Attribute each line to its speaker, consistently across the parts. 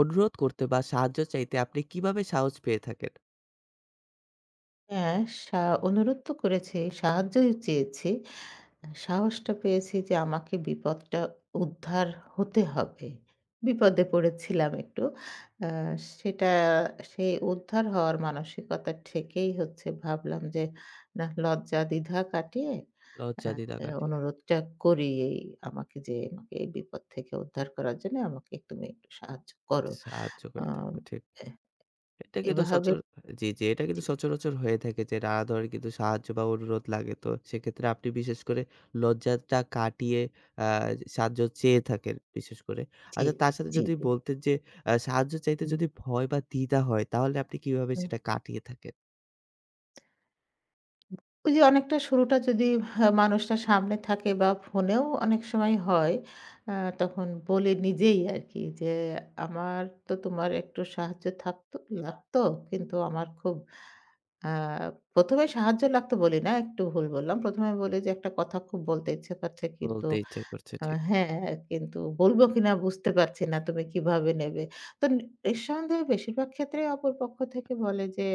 Speaker 1: অনুরোধ করতে বা সাহায্য চাইতে আপনি কিভাবে সাহস পেয়ে থাকেন?
Speaker 2: হ্যাঁ, সা অনুরোধ তো করেছি, সাহায্যই চেয়েছি। সাহসটা পেয়েছি যে আমাকে বিপদটা উদ্ধার হতে হবে। বিপদে পড়েছিলাম একটু। আ সেটা সেই উদ্ধার হওয়ার মানসিকতা থেকেই হচ্ছে ভাবলাম যে না লজ্জা দ্বিধা কাটিয়ে আ
Speaker 1: লজ্জা দ্বিধা কাটিয়ে
Speaker 2: অনুরোধটা করি এই আমাকে এই বিপদ থেকে উদ্ধার করার জন্য আমাকে তুমি একটু সাহায্য করো।
Speaker 1: সাহায্য
Speaker 2: আ
Speaker 1: করে থাকো ঠিক।
Speaker 2: এ
Speaker 1: এটা কিন্তু
Speaker 2: এভাবে।
Speaker 1: সচর জি, জি। এটা কিন্তু
Speaker 2: জি,
Speaker 1: সচরাচর হয়ে থাকে যে নানা ধরনের কিন্তু সাহায্য বা অনুরোধ লাগে। তো সেক্ষেত্রে আপনি বিশেষ করে লজ্জাটা কাটিয়ে আ সাহায্য চেয়ে থাকেন বিশেষ করে।
Speaker 2: জি,
Speaker 1: আচ্ছা তার সাথে
Speaker 2: জি,
Speaker 1: যদি
Speaker 2: জি।
Speaker 1: বলতেন যে সাহায্য চাইতে
Speaker 2: হুম।
Speaker 1: যদি ভয় বা দ্বিধা হয় তাহলে আপনি কিভাবে সেটা কাটিয়ে থাকেন?
Speaker 2: ওই যে অনেকটা শুরুটা যদি মানুষটা সামনে থাকে বা ফোনেও অনেক সময় হয়। আ তখন বলি নিজেই আরকি যে, "আমার তো তোমার একটু সাহায্য থাকতো লাগতো। কিন্তু আমার খুব"। আ ১ম এ সাহায্য লাগতো বলি না, একটু ভুল বললাম। ১ম এ বলি যে, "একটা কথা খুব বলতে ইচ্ছে করছে কিন্তু"।
Speaker 1: বলতে ইচ্ছে করছে ঠিক।
Speaker 2: হ্যাঁ, কিন্তু বলব কিনা বুঝতে পারছি না তুমি কিভাবে নেবে। তো নিঃসন্দেহে বেশিরভাগ ক্ষেত্রেই অপর পক্ষ থেকে বলে যে,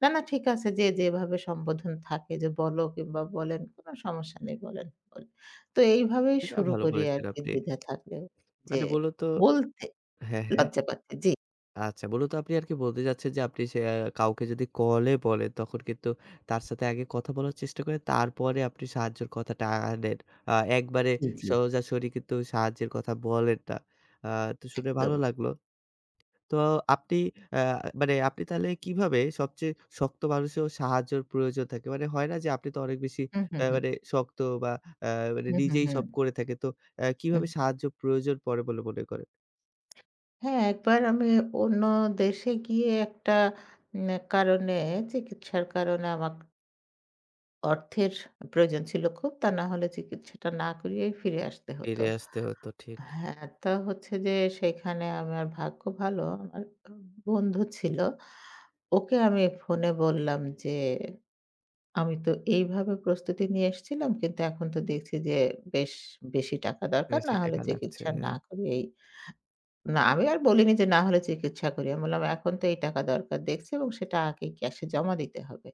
Speaker 2: "না, না ঠিক আছে।" যে যেভাবে সম্বোধন থাকে যে, "বলো" কিংবা "বলেন" কোনো সমস্যা নেই, "বলেন, বলেন।" তো এইভাবেই
Speaker 1: এটা
Speaker 2: শুরু
Speaker 1: ভালো
Speaker 2: করি
Speaker 1: বলেছেন
Speaker 2: আরকি
Speaker 1: আপনি।
Speaker 2: দ্বিধা থাকলেও যে
Speaker 1: মানে মূলত
Speaker 2: বলতে
Speaker 1: হ্যাঁ, হ্যাঁ।
Speaker 2: লজ্জা পাচ্ছে। জি,
Speaker 1: আচ্ছা মূলত আপনি আরকি বলতে চাচ্ছেন যে আপনি সে আ কাউকে যদি কলে বলেন তখন কিন্তু তার সাথে আগে কথা বলার চেষ্টা করেন, তারপরে আপনি সাহায্যের কথাটা আনেন। আ একবারে
Speaker 2: জি, জি,
Speaker 1: সোজাসুরি কিন্তু সাহায্যের কথা বলেন না। আ তো শুনে ভালো
Speaker 2: একদম।
Speaker 1: লাগলো। তো আপনি আ মানে আপনি তাহলে কিভাবে সবচেয়ে শক্ত মানুষেও সাহায্যের প্রয়োজন থাকে? মানে হয় না যে আপনি তো অনেক বেশি
Speaker 2: হুম, হুম, হুম।
Speaker 1: মানে শক্ত বা আ মানে
Speaker 2: হুম, হুম,
Speaker 1: নিজেই
Speaker 2: হুম,
Speaker 1: সব করে থাকেন। তো কিভাবে
Speaker 2: হুম।
Speaker 1: সাহায্য প্রয়োজন পড়ে বলে মনে করেন?
Speaker 2: হ্যাঁ, একবার আমি অন্য দেশে গিয়ে একটা উম কারণে চিকিৎসার কারণে আমার অর্থের প্রয়োজন ছিল খুব। তা না হলে চিকিৎসাটা না করিয়েই ফিরে আসতে হতো।
Speaker 1: ফিরে আসতে হতো ঠিক।
Speaker 2: হ্যাঁ, তা হচ্ছে যে সেখানে আমার ভাগ্য ভালো। আমার বন্ধু ছিল। ওকে আমি ফোনে বললাম যে, "আমি তো এইভাবে প্রস্তুতি নিয়ে এসেছিলাম। কিন্তু এখন তো দেখছি যে বেশ বেশি টাকা দরকার।
Speaker 1: বেশি
Speaker 2: না হলে
Speaker 1: টাকা লাগছে।
Speaker 2: চিকিৎসা না
Speaker 1: হ্যাঁ,
Speaker 2: করিয়েই"। না আমি আর বলিনি যে না হলে চিকিৎসা করিয়ে। আমি বললাম, "এখন তো এই টাকা দরকার দেখছি এবং সেটা আগেই ক্যাশে জমা দিতে হবে।"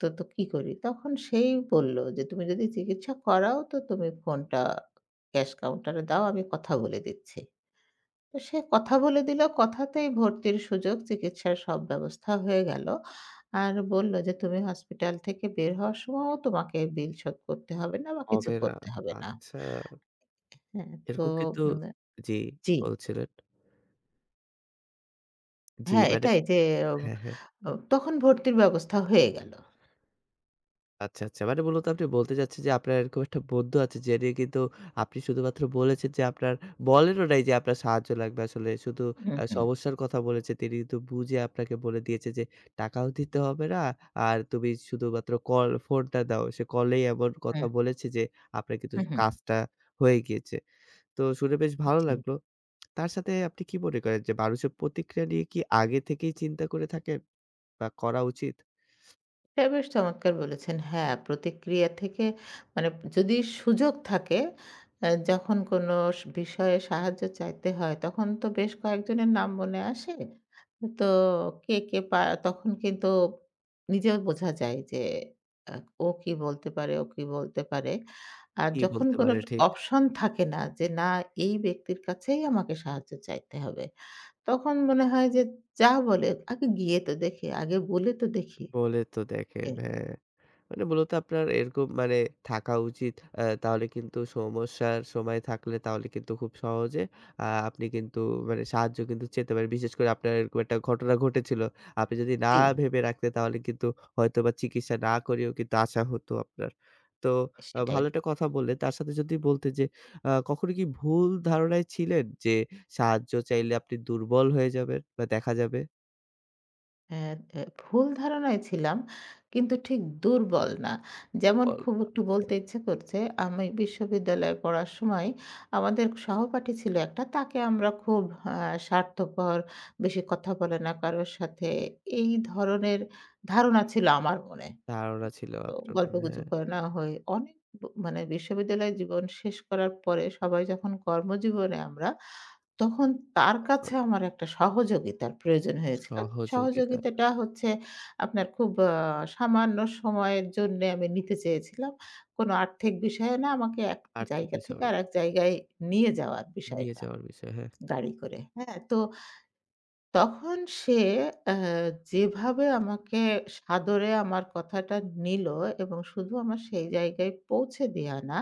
Speaker 2: তো, তো কি করি? তখন সেই বলল যে, "তুমি যদি চিকিৎসা করাও তো তুমি ফোনটা ক্যাশ কাউন্টারে দাও, আমি কথা বলে দিচ্ছি।" তো সে কথা বলে দিল, কথাতেই ভর্তির সুযোগ, চিকিৎসার সব ব্যবস্থা হয়ে গেল। আর বলল যে, "তুমি হসপিটাল থেকে বের হওয়ার সময়ও তোমাকে বিল শোধ করতে হবে না বা কিছু
Speaker 1: অবেরা
Speaker 2: করতে হবে না।"
Speaker 1: আচ্ছা।
Speaker 2: হ্যাঁ, তো
Speaker 1: এরকম কিন্তু
Speaker 2: উম
Speaker 1: জি,
Speaker 2: জি।
Speaker 1: বলছিলেন। জি,
Speaker 2: হ্যাঁ,
Speaker 1: মানে
Speaker 2: এটাই যে
Speaker 1: হ্যাঁ, হ্যাঁ।
Speaker 2: তখন ভর্তির ব্যবস্থা হয়ে গেল।
Speaker 1: আচ্ছা, আচ্ছা। মানে মূলত আপনি বলতে চাচ্ছেন যে আপনার এরকম একটা বন্ধু আছে যে নিয়ে কিন্তু আপনি শুধুমাত্র বলেছেন যে আপনার বলেনও নাই যে আপনার সাহায্য লাগবে আসলে। শুধু
Speaker 2: হুম, হুম,
Speaker 1: সমস্যার কথা বলেছে। তিনি কিন্তু বুঝে আপনাকে বলে দিয়েছে যে টাকাও দিতে হবে না। আর তুমি শুধুমাত্র কল ফোনটা দাও। সে কলেই এমন কথা
Speaker 2: হুম,
Speaker 1: বলেছে যে আপনার কিন্তু
Speaker 2: হুম, হুম।
Speaker 1: কাজটা হয়ে গিয়েছে। তো শুনে বেশ ভালো
Speaker 2: জি।
Speaker 1: লাগলো। তার সাথে আপনি কি মনে করেন যে মানুষের প্রতিক্রিয়া নিয়ে কি আগে থেকেই চিন্তা করে থাকেন বা করা উচিত?
Speaker 2: এটা বেশ চমৎকার বলেছেন। হ্যাঁ, প্রতিক্রিয়া থেকে মানে যদি সুযোগ থাকে যখন কোনো বিষয়ে সাহায্য চাইতে হয়, তখন তো বেশ কয়েকজনের নাম মনে আসে। তো কে, কে পা তখন কিন্তু নিজেও বোঝা যায় যে আ ও কি বলতে পারে, ও কি বলতে পারে। আর
Speaker 1: কি
Speaker 2: যখন
Speaker 1: বলতে
Speaker 2: কোনো
Speaker 1: পারেন ঠিক?
Speaker 2: অপশন থাকে না যে না এই ব্যক্তির কাছেই আমাকে সাহায্য চাইতে হবে। তখন মনে হয় যে যা বলে আগে গিয়ে তো দেখি, আগে বলে তো দেখি।
Speaker 1: বলে তো দেখেন,
Speaker 2: এ
Speaker 1: হ্যাঁ। মানে মূলত আপনার এরকম মানে থাকা উচিত। তাহলে কিন্তু সমস্যার সময় থাকলে তাহলে কিন্তু খুব সহজে আপনি কিন্তু মানে সাহায্য কিন্তু চেতে পারেন। বিশেষ করে আপনার এরকম একটা ঘটনা ঘটেছিল। আপনি যদি না
Speaker 2: জি।
Speaker 1: ভেবে রাখতেন তাহলে কিন্তু হয়তোবা চিকিৎসা না করেও কিন্তু আসা হতো আপনার। তো
Speaker 2: সেটাই।
Speaker 1: ভালো একটা কথা বললেন। তার সাথে যদি বলতে যে কখনো কি ভুল ধারণায় ছিলেন যে সাহায্য চাইলে আপনি দুর্বল হয়ে যাবেন বা দেখা যাবে?
Speaker 2: হ্যাঁ, ভুল ধারণায় ছিলাম কিন্তু ঠিক দুর্বল না। যেমন
Speaker 1: বল
Speaker 2: খুব একটু
Speaker 1: আচ্ছা
Speaker 2: বলতে ইচ্ছে করছে, আমি বিশ্ববিদ্যালয়ে পড়ার সময় আমাদের সহপাঠী ছিল একটা। তাকে আমরা খুব আ স্বার্থপর, বেশি কথা বলে না কারোর সাথে। এই ধরনের ধারণা ছিল আমার মনে।
Speaker 1: ধারণা ছিল
Speaker 2: তো
Speaker 1: আপনার মনে,
Speaker 2: গল্পগুজব
Speaker 1: হ্যাঁ।
Speaker 2: করে না হয় অনেক মানে বিশ্ববিদ্যালয় জীবন শেষ করার পরে সবাই যখন কর্মজীবনে আমরা তখন তার কাছে আমার একটা সহযোগিতার প্রয়োজন হয়েছিল।
Speaker 1: সহযোগিতার
Speaker 2: সহযোগিতাটা হচ্ছে আপনার খুব সামান্য সময়ের জন্যে আমি নিতে চেয়েছিলাম। কোনো আর্থিক বিষয়ে না আমাকে এক
Speaker 1: আর্থিক
Speaker 2: জায়গা
Speaker 1: বিষয়
Speaker 2: থেকে
Speaker 1: না।
Speaker 2: আরেক জায়গায় নিয়ে যাওয়ার
Speaker 1: নিয়ে
Speaker 2: বিষয়টা
Speaker 1: যাওয়ার বিষয়, হ্যাঁ।
Speaker 2: গাড়ি করে। হ্যাঁ? তো তখন সে আ যেভাবে আমাকে সাদরে আমার কথাটা নিল এবং শুধু আমার সেই জায়গায় পৌঁছে দেয়া না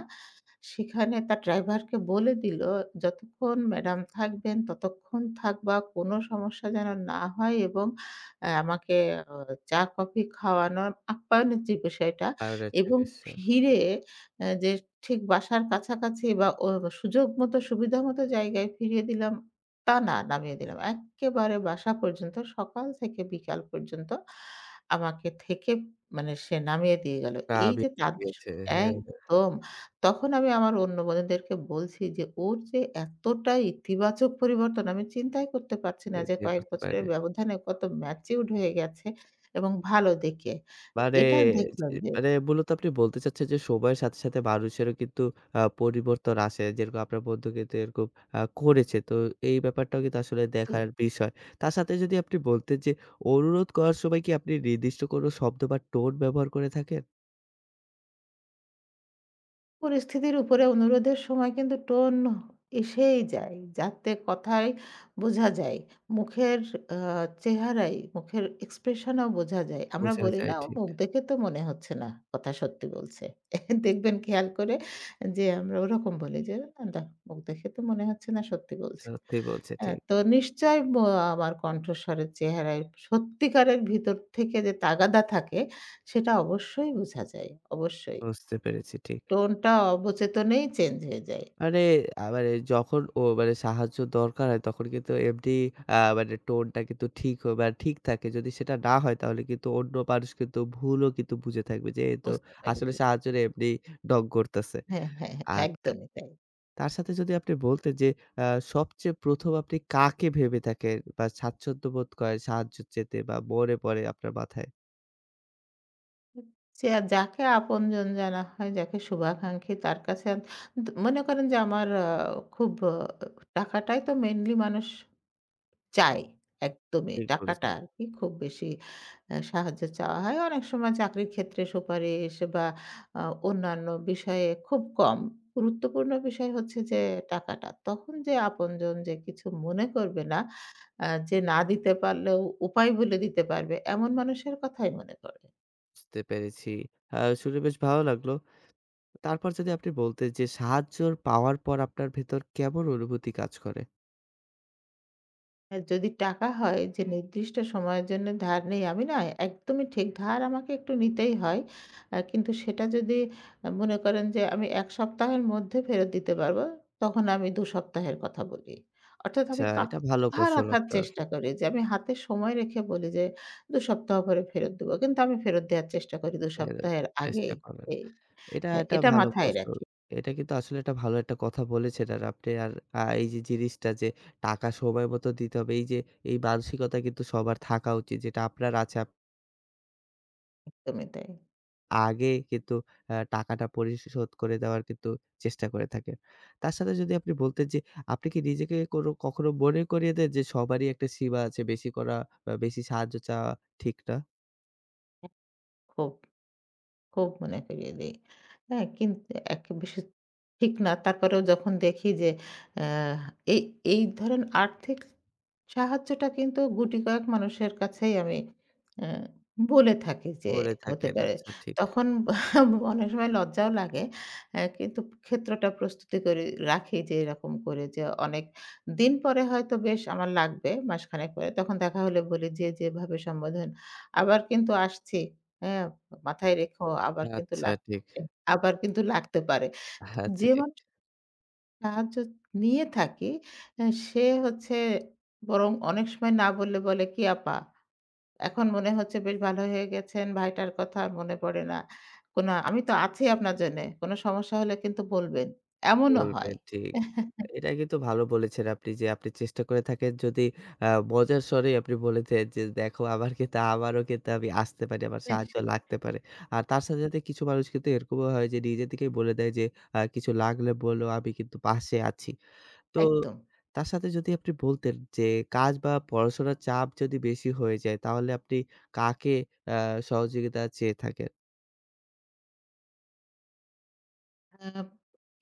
Speaker 2: সেখানে তার ড্রাইভারকে বলে দিল, "যতক্ষণ ম্যাডাম থাকবেন, ততক্ষণ থাকবা। কোনো সমস্যা যেন না হয় এবং আমাকে অ চা-কফি খাওয়ানোর আপ্যায়নের যে বিষয়টা
Speaker 1: আরো একটা
Speaker 2: এবং
Speaker 1: বিষয়।
Speaker 2: ফিরে যে ঠিক বাসার কাছাকাছি বা ও সুযোগ মতো, সুবিধা মতো জায়গায় ফিরিয়ে দিলাম, তা না, নামিয়ে দিলাম। এক্কেবারে বাসা পর্যন্ত সকাল থেকে বিকাল পর্যন্ত আমাকে থেকে মানে সে নামিয়ে দিয়ে গেল।
Speaker 1: না
Speaker 2: এই
Speaker 1: আমি
Speaker 2: যে তাদের
Speaker 1: গেছে। হ্যাঁ, হ্যাঁ,
Speaker 2: একদম। তখন আমি আমার অন্য বন্ধুদেরকে বলছি যে, ওর যে এতটা ইতিবাচক পরিবর্তন আমি চিন্তাই করতে পারছি না যে
Speaker 1: এটাই
Speaker 2: কয়েক
Speaker 1: করতে পারি
Speaker 2: বছরের
Speaker 1: নাই।
Speaker 2: ব্যবধানে কত ম্যাচিউরড হয়ে গেছে এবং ভালো দেখে।
Speaker 1: মানে
Speaker 2: এটা দেখলাম
Speaker 1: যে
Speaker 2: যে
Speaker 1: মানে মূলত আপনি বলতে চাচ্ছেন যে সময়ের সাথে, সাথে মানুষেরও কিন্তু পরিবর্তন আসে। যেরকম আপনার বন্ধু কিন্তু এরকম করেছে। তো এই ব্যাপারটাও কিন্তু আসলে
Speaker 2: জি।
Speaker 1: দেখার বিষয়। তার সাথে যদি আপনি বলতেন যে অনুরোধ করার সময় কি আপনি নির্দিষ্ট কোনো শব্দ বা টোন ব্যবহার করে থাকেন?
Speaker 2: পরিস্থিতির উপরে অনুরোধের সময় কিন্তু টোন এসেই যায়। যাতে কথায় বোঝা যায়। মুখের আ চেহারায়, মুখের এক্সপ্রেশনেও বোঝা যায়। আমরা
Speaker 1: বোঝা
Speaker 2: বলি
Speaker 1: যায়
Speaker 2: না, "ও
Speaker 1: ঠিক।
Speaker 2: মুখ দেখে তো মনে হচ্ছে না কথা সত্যি বলছে।" দেখবেন খেয়াল করে যে আমরা ওরকম বলি যে, "না, না মুখ দেখে তো মনে হচ্ছে না সত্যি বলছে।"
Speaker 1: সত্যি বলছে ঠিক।
Speaker 2: তো নিশ্চয়ই আমার কণ্ঠস্বরের চেহারায় সত্যিকারের ভিতর থেকে যে তাগাদা থাকে, সেটা অবশ্যই বোঝা যায়। অবশ্যই।
Speaker 1: বুঝতে পেরেছি ঠিক।
Speaker 2: টোনটা অবচেতনেই চেঞ্জ হয়ে যায়।
Speaker 1: মানে মানে যখন মানে সাহায্য দরকার হয় তখন কিন্তু এমনি মানে টোনটা কিন্তু ঠিক হয় মানে ঠিক থাকে। যদি সেটা না হয় তাহলে কিন্তু অন্য মানুষ কিন্তু ভুলও কিন্তু বুঝে থাকবে যে এ তো
Speaker 2: বুঝতে পারি
Speaker 1: আসলে
Speaker 2: জি।
Speaker 1: সাহায্য নিয়ে এমনি ঢং করতেছে।
Speaker 2: হ্যাঁ, হ্যাঁ, হ্যাঁ,
Speaker 1: আচ্ছা।
Speaker 2: একদমই তাই।
Speaker 1: তার সাথে যদি আপনি বলতেন যে আ সবচেয়ে ১ম আপনি কাকে ভেবে থাকেন বা স্বাচ্ছন্দ্য বোধ করেন সাহায্য চেতে বা মনে পড়ে আপনার মাথায়?
Speaker 2: যে যাকে আপনজন জানা হয়, যাকে শুভাকাঙ্ক্ষী তার কাছে আ দ মনে করেন যে আমার খুব টাকাটাই তো মেইনলি মানুষ চাই একদমই
Speaker 1: ঠিক
Speaker 2: টাকাটা
Speaker 1: বলেছেন।
Speaker 2: আরকি খুব বেশি সাহায্য চাওয়া হয়। অনেক সময় চাকরির ক্ষেত্রে সুপারিশ বা আ অন্যান্য বিষয়ে খুব কম। গুরুত্বপূর্ণ বিষয় হচ্ছে যে টাকাটা। তখন যে আপনজন যে কিছু মনে করবে না, যে না দিতে পারলেও উপায় বলে দিতে পারবে এমন মানুষের কথাই মনে পড়ে।
Speaker 1: বুঝতে পেরেছি। আ শুনে বেশ ভালো লাগলো। তারপর যদি আপনি বলতেন যে সাহায্যর পাওয়ার পর আপনার ভেতর কেমন অনুভূতি কাজ করে?
Speaker 2: হ্যাঁ, যদি টাকা হয় যে নির্দিষ্ট সময়ের জন্য ধার নেই, আমি না একদমই ঠিক ধার আমাকে একটু নিতেই হয়। কিন্তু সেটা যদি মনে করেন যে আমি ১ সপ্তাহের মধ্যে ফেরত দিতে পারবো, তখন আমি ২ সপ্তাহের কথা বলি। অর্থাৎ
Speaker 1: আচ্ছা,
Speaker 2: আমি
Speaker 1: এটা ভালো
Speaker 2: কথা
Speaker 1: কৌশল
Speaker 2: রাখার
Speaker 1: আপনার।
Speaker 2: চেষ্টা করি যে আমি হাতে সময় রেখে বলি যে ২ সপ্তাহ পরে ফেরত দেবো। কিন্তু আমি ফেরত দেওয়ার চেষ্টা করি ২
Speaker 1: এ
Speaker 2: সপ্তাহের
Speaker 1: চেষ্টা
Speaker 2: আগেই।
Speaker 1: করেন।
Speaker 2: এই
Speaker 1: এটা
Speaker 2: হ্যাঁ,
Speaker 1: একটা
Speaker 2: এটা
Speaker 1: ভালো
Speaker 2: মাথায়
Speaker 1: কৌশল।
Speaker 2: রাখি।
Speaker 1: এটা কিন্তু আসলে একটা ভালো একটা কথা বলেছেন। আর আপনি আর আ এই যে জিনিসটা যে টাকা সময় মতো দিতে হবে, এই যে এই মানসিকতা কিন্তু সবার থাকা উচিত। যেটা আপনার আছে
Speaker 2: একদমই তাই।
Speaker 1: আগে কিন্তু টাকাটা পরিশোধ করে দেওয়ার কিন্তু চেষ্টা করে থাকেন। তার সাথে যদি আপনি বলতেন যে, আপনি কি নিজেকে কোনো কখনো মনে করিয়ে দেন যে, সবারই একটা সীমা আছে বেশি করা বা বেশি সাহায্য চাওয়া ঠিক না?
Speaker 2: খুব। খুব মনে করিয়ে দেই। হ্যাঁ? কিন্তু এক বেশি ঠিক না। তারপরেও যখন দেখি যে, অ্যা এই এই ধরেন আর্থিক সাহায্যটা কিন্তু গুটিকয়েক মানুষের কাছেই আমি আ বলে থাকি যে
Speaker 1: বলে
Speaker 2: হতে
Speaker 1: থাকেন।
Speaker 2: পারে।
Speaker 1: আচ্ছা ঠিক।
Speaker 2: তখন অনেক সময় লজ্জাও লাগে। কিন্তু ক্ষেত্রটা প্রস্তুতি করে রাখি যে এরকম করে যে অনেক দিন পরে হয়তো বেশ আমার লাগবে মাসখানেক পরে। তখন দেখা হলে বলি যে যেভাবে সম্বোধন আবার কিন্তু আসছি। হ্যাঁ, মাথায় রেখো আবার কিন্তু
Speaker 1: আচ্ছা
Speaker 2: লাগবে
Speaker 1: ঠিক।
Speaker 2: আবার কিন্তু লাগতে পারে।
Speaker 1: আচ্ছা
Speaker 2: যে
Speaker 1: ঠিক।
Speaker 2: মানুষ সাহায্য নিয়ে থাকি। সে হচ্ছে বরং অনেক সময় না বললে বলে, "কি আপা? এখন মনে হচ্ছে বেশ ভালো হয়ে গেছেন। ভাইটার কথা আর মনে পড়ে না। কোন আমি তো আছি আপনার জন্যে। কোন সমস্যা হলে কিন্তু বলবেন।" এমনও হয়।
Speaker 1: বলবেন ঠিক। এটা কিন্তু ভালো বলেছেন আপনি যে আপনি চেষ্টা করে থাকেন যদি মজার স্বরেই আপনি বলেছেন যে, "দেখো আমার কিন্তু আমারও কিন্তু আমি আসতে পারি, আমার সাহায্য
Speaker 2: সেটা
Speaker 1: লাগতে পারে।" আর তার সাথে, সাথে কিছু মানুষ কিন্তু এরকমও হয় যে নিজে থেকেই বলে দেয় যে, "আ কিছু লাগলে বলো আমি কিন্তু পাশে আছি।" তো
Speaker 2: একদম।
Speaker 1: তার সাথে যদি আপনি বলতেন যে কাজ বা পড়াশোনার চাপ যদি বেশি হয়ে যায় তাহলে আপনি কাকে আ সহযোগিতা চেয়ে থাকেন?
Speaker 2: আ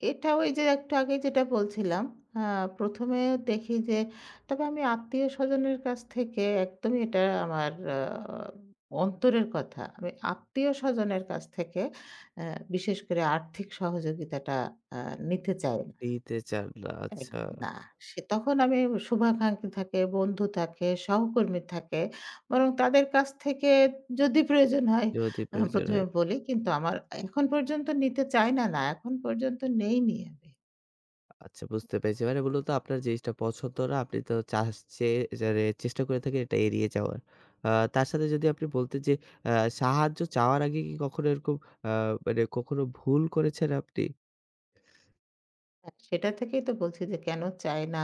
Speaker 2: এটা ওই যে একটু আগে যেটা বলছিলাম, আ ১ম এ দেখি যে তবে আমি আত্মীয়স্বজনের কাছ থেকে একদমই এটা আমার অন্তরের কথা। আমি আত্মীয়স্বজনের কাছ থেকে অ্যা বিশেষ করে আর্থিক সহযোগিতাটা আ নিতে চাই।
Speaker 1: নিতে চান না।
Speaker 2: এক
Speaker 1: আচ্ছা,
Speaker 2: না। সে তখন আমি শুভাকাঙ্ক্ষী থাকে, বন্ধু থাকে, সহকর্মী থাকে। বরং তাদের কাছ থেকে যদি প্রয়োজন হয়
Speaker 1: যদি প্রয়োজন
Speaker 2: ১ম
Speaker 1: হয়।
Speaker 2: এ বলি। কিন্তু আমার এখন পর্যন্ত নিতে চাই না, না। এখন পর্যন্ত নেইনি আমি।
Speaker 1: আচ্ছা বুঝতে পেরেছি। মানে মূলত আপনার জিনিসটা পছন্দ না, আপনি তো চাস চে যারে চেষ্টা করে থাকেন এটা এড়িয়ে যাওয়ার। আ তার সাথে যদি আপনি বলতেন যে আ সাহায্য চাওয়ার আগে কি কখনো এরকম আ মানে কখনো ভুল করেছেন আপনি?
Speaker 2: হ্যাঁ, সেটা থেকেই তো বলছি যে কেন চাই না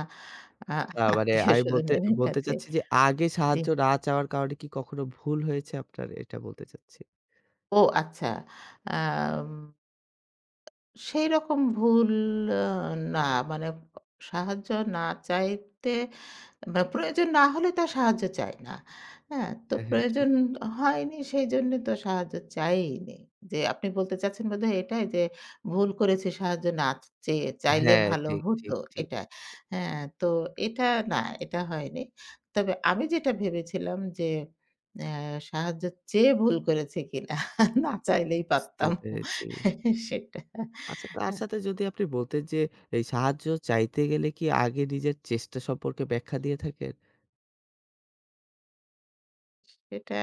Speaker 2: আ
Speaker 1: মানে আমি বলতে
Speaker 2: আত্মীয়স্বজনের
Speaker 1: বলতে
Speaker 2: কাছে।
Speaker 1: চাচ্ছি যে আগে
Speaker 2: জি।
Speaker 1: সাহায্য না চাওয়ার কারণে কি কখনো ভুল হয়েছে আপনার? এটা বলতে চাচ্ছি।
Speaker 2: ও আচ্ছা। আম সেইরকম ভুল আ না মানে সাহায্য না চাইতে বা প্রয়োজন না হলে তো আর সাহায্য চায় না। হ্যাঁ? তো
Speaker 1: হ্যাঁ, হ্যাঁ, ঠিক।
Speaker 2: প্রয়োজন হয়নি সেইজন্য তো সাহায্য চায়ইনি। যে আপনি বলতে চাচ্ছেন বোধহয় এটাই যে ভুল করেছি সাহায্য না চেয়ে, চাইলে
Speaker 1: হ্যাঁ,
Speaker 2: ভালো
Speaker 1: ঠিক,
Speaker 2: হতো
Speaker 1: ঠিক, ঠিক।
Speaker 2: এটা। হ্যাঁ, তো এটা না, এটা হয়নি। তবে আমি যেটা ভেবেছিলাম যে অ্যা সাহায্য চেয়ে ভুল করেছি কিনা? না চাইলেই
Speaker 1: বুঝতে
Speaker 2: পারতাম।
Speaker 1: পেরেছি।
Speaker 2: সেটা।
Speaker 1: আচ্ছা তার সাথে যদি আপনি বলতেন যে এই সাহায্য চাইতে গেলে কি আগে নিজের চেষ্টা সম্পর্কে ব্যাখ্যা দিয়ে থাকেন?
Speaker 2: এটা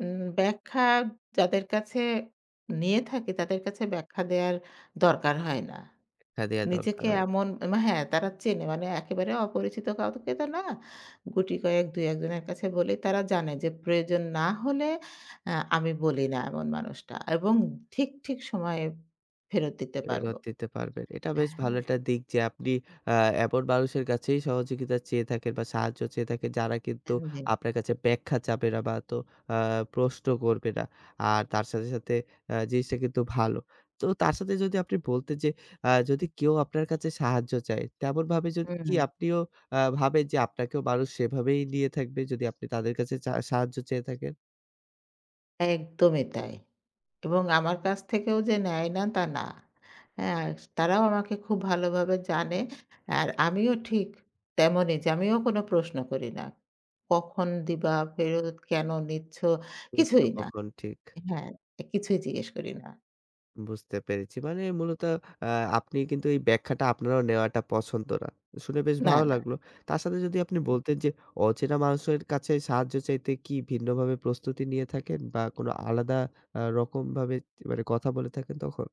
Speaker 2: ব্যাখ্যা যাদের কাছে নিয়ে থাকি, তাদের কাছে ব্যাখ্যা দেয়ার দরকার হয় না।
Speaker 1: শিক্ষা দেয়া দরকার
Speaker 2: নিজেকে
Speaker 1: হয়।
Speaker 2: এমন হ্যাঁ, তারা চেনে মানে একেবারে অপরিচিত কাউকে তো না। গুটি কয়েক ২-১ জনের কাছে বলি তারা জানে যে প্রয়োজন না হলে আমি বলি না এমন মানুষটা এবং ঠিক, ঠিক সময়ে ফেরত দিতে পারব।
Speaker 1: ফেরত দিতে পারবেন। এটা বেশ
Speaker 2: হ্যাঁ,
Speaker 1: ভালো একটা দিক যে আপনি আ এমন মানুষের কাছেই সহযোগিতা চেয়ে থাকেন বা সাহায্য চেয়ে থাকেন যারা কিন্তু
Speaker 2: জি।
Speaker 1: আপনার কাছে ব্যাখ্যা চাবে না বা তো আ প্রশ্ন করবে না। আর তার সাথে, সাথে জিনিসটা কিন্তু ভালো। তো তার সাথে যদি আপনি বলতেন যে যদি কেউ আপনার কাছে সাহায্য চায়, তেমনভাবে যদি
Speaker 2: হুম,
Speaker 1: কি আপনিও ভাবেন যে আপনাকেও মানুষ সেভাবেই নিয়ে থাকবে যদি আপনি তাদের কাছে সাহায্য চেয়ে থাকেন?
Speaker 2: একদমই তাই। এবং আমার কাছ থেকেও যে নেয় না তা না। হ্যাঁ, তারাও আমাকে খুব ভালোভাবে জানে। আর আমিও ঠিক তেমনই যে আমিও কোনো প্রশ্ন করি না। কখন দিবা? ফেরত কেন নিচ্ছ?
Speaker 1: এই তো
Speaker 2: কিছুই না।
Speaker 1: কখন ঠিক।
Speaker 2: হ্যাঁ, কিছুই জিজ্ঞেস করি না।
Speaker 1: বুঝতে পেরেছি। মানে মূলত আ আপনি কিন্তু এই ব্যাখ্যাটা আপনারও নেওয়াটা পছন্দ না। শুনে বেশ
Speaker 2: না,
Speaker 1: ভালো
Speaker 2: না।
Speaker 1: লাগলো। তার সাথে যদি আপনি বলতেন যে অচেনা মানুষের কাছে সাহায্য চাইতে কি ভিন্নভাবে প্রস্তুতি নিয়ে থাকেন বা কোনো আলাদা রকমভাবে মানে কথা বলে থাকেন তখন?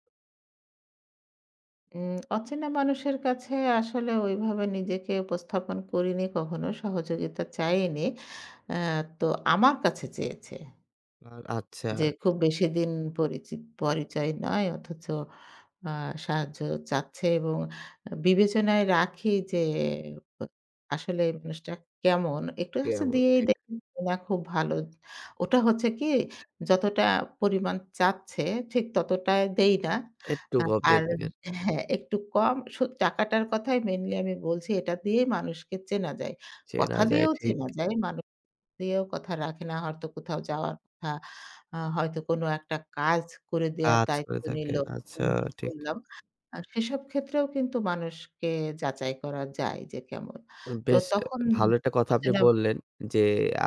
Speaker 2: অচেনা মানুষের কাছে আসলে ওইভাবে নিজেকে উপস্থাপন করিনি কখনো, সহযোগিতা চাইনি। অ্যা তো আমার কাছে চেয়েছে।
Speaker 1: আর আচ্ছা,
Speaker 2: যে খুব বেশিদিন পরিচি পরিচয় নয় অথচ আ সাহায্য চাচ্ছে এবং বিবেচনায় রাখি যে ব আসলে এই মানুষটা কেমন একটু হচ্ছে
Speaker 1: কেমন
Speaker 2: দিয়েই
Speaker 1: ঠিক
Speaker 2: দেখি না খুব ভালো। ওটা হচ্ছে কি যতটা পরিমাণ চাচ্ছে ঠিক ততটায় দেই না।
Speaker 1: একটু
Speaker 2: আ
Speaker 1: গপ দিয়ে
Speaker 2: আর
Speaker 1: থাকেন।
Speaker 2: হ্যাঁ, একটু কম টাকাটার কথাই মেইনলি আমি বলছি এটা দিয়েই মানুষকে চেনা যায়।
Speaker 1: চেনা
Speaker 2: কথা
Speaker 1: যায়
Speaker 2: দিয়েও
Speaker 1: ঠিক
Speaker 2: চেনা যায় মানুষ দিয়েও কথা রাখে না। হয়তো কোথাও যাওয়ার কথা, হয়তো কোনো একটা কাজ করে দেয়ার
Speaker 1: কাজ করে
Speaker 2: দায়িত্ব নিল।
Speaker 1: থাকেন। আচ্ছা
Speaker 2: অনুরোধ
Speaker 1: ঠিক।
Speaker 2: করলাম। সেসব ক্ষেত্রেও কিন্তু মানুষকে যাচাই করা যায় যে কেমন। তো
Speaker 1: বেশ
Speaker 2: তখন
Speaker 1: ভালো একটা কথা আপনি
Speaker 2: অচেনা মা-
Speaker 1: বললেন যে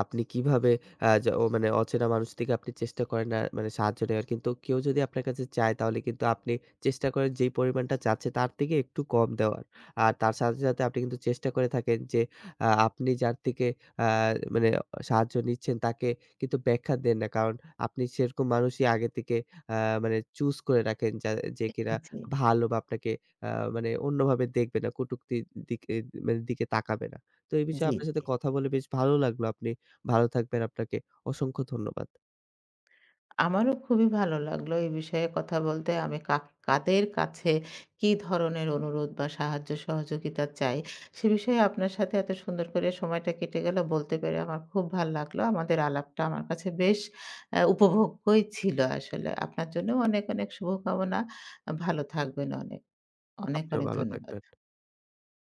Speaker 1: আপনি কিভাবে আ য ও মানে অচেনা মানুষ থেকে আপনি চেষ্টা করেন মানে সাহায্য নেওয়ার। কিন্তু কেউ যদি আপনার কাছে চায় তাহলে কিন্তু আপনি চেষ্টা করেন যেই পরিমাণটা চাচ্ছে তার থেকে একটু কম দেওয়ার। আর তার সাথে, সাথে আপনি কিন্তু চেষ্টা করে থাকেন যে আপনি যার থেকে আ মানে সাহায্য নিচ্ছেন তাকে কিন্তু ব্যাখ্যা দেন না। কারণ আপনি সেরকম মানুষই আগে থেকে আ মানে চুজ করে রাখেন যে কিনা
Speaker 2: জি,
Speaker 1: ভালো বা আপনাকে আ মানে অন্যভাবে দেখবে না, কটুক্তির দিকে দিকে তাকাবে না। তো এই বিষয়ে
Speaker 2: জি,
Speaker 1: আপনার সাথে
Speaker 2: জি।
Speaker 1: কথা বলে বেশ ভালো লাগলো। আপনি ভালো থাকবেন। আপনাকে অসংখ্য ধন্যবাদ।
Speaker 2: আমারও খুবই ভালো লাগলো এই বিষয়ে কথা বলতে। আমি কাদের কাছে কি ধরনের অনুরোধ বা সাহায্য সহযোগিতা চাই, সে বিষয়ে আপনার সাথে এত সুন্দর করে সময়টা কেটে গেল বলতে পেরে আমার খুব ভাল লাগলো। আমাদের আলাপটা আমার কাছে বেশ উপভোগ্যই ছিল আসলে। আপনার জন্যও অনেক, অনেক শুভকামনা। ভালো থাকবেন অনেক। অনেক,
Speaker 1: আপনিও
Speaker 2: অনেক
Speaker 1: ভালো
Speaker 2: ধন্যবাদ।
Speaker 1: থাকবেন।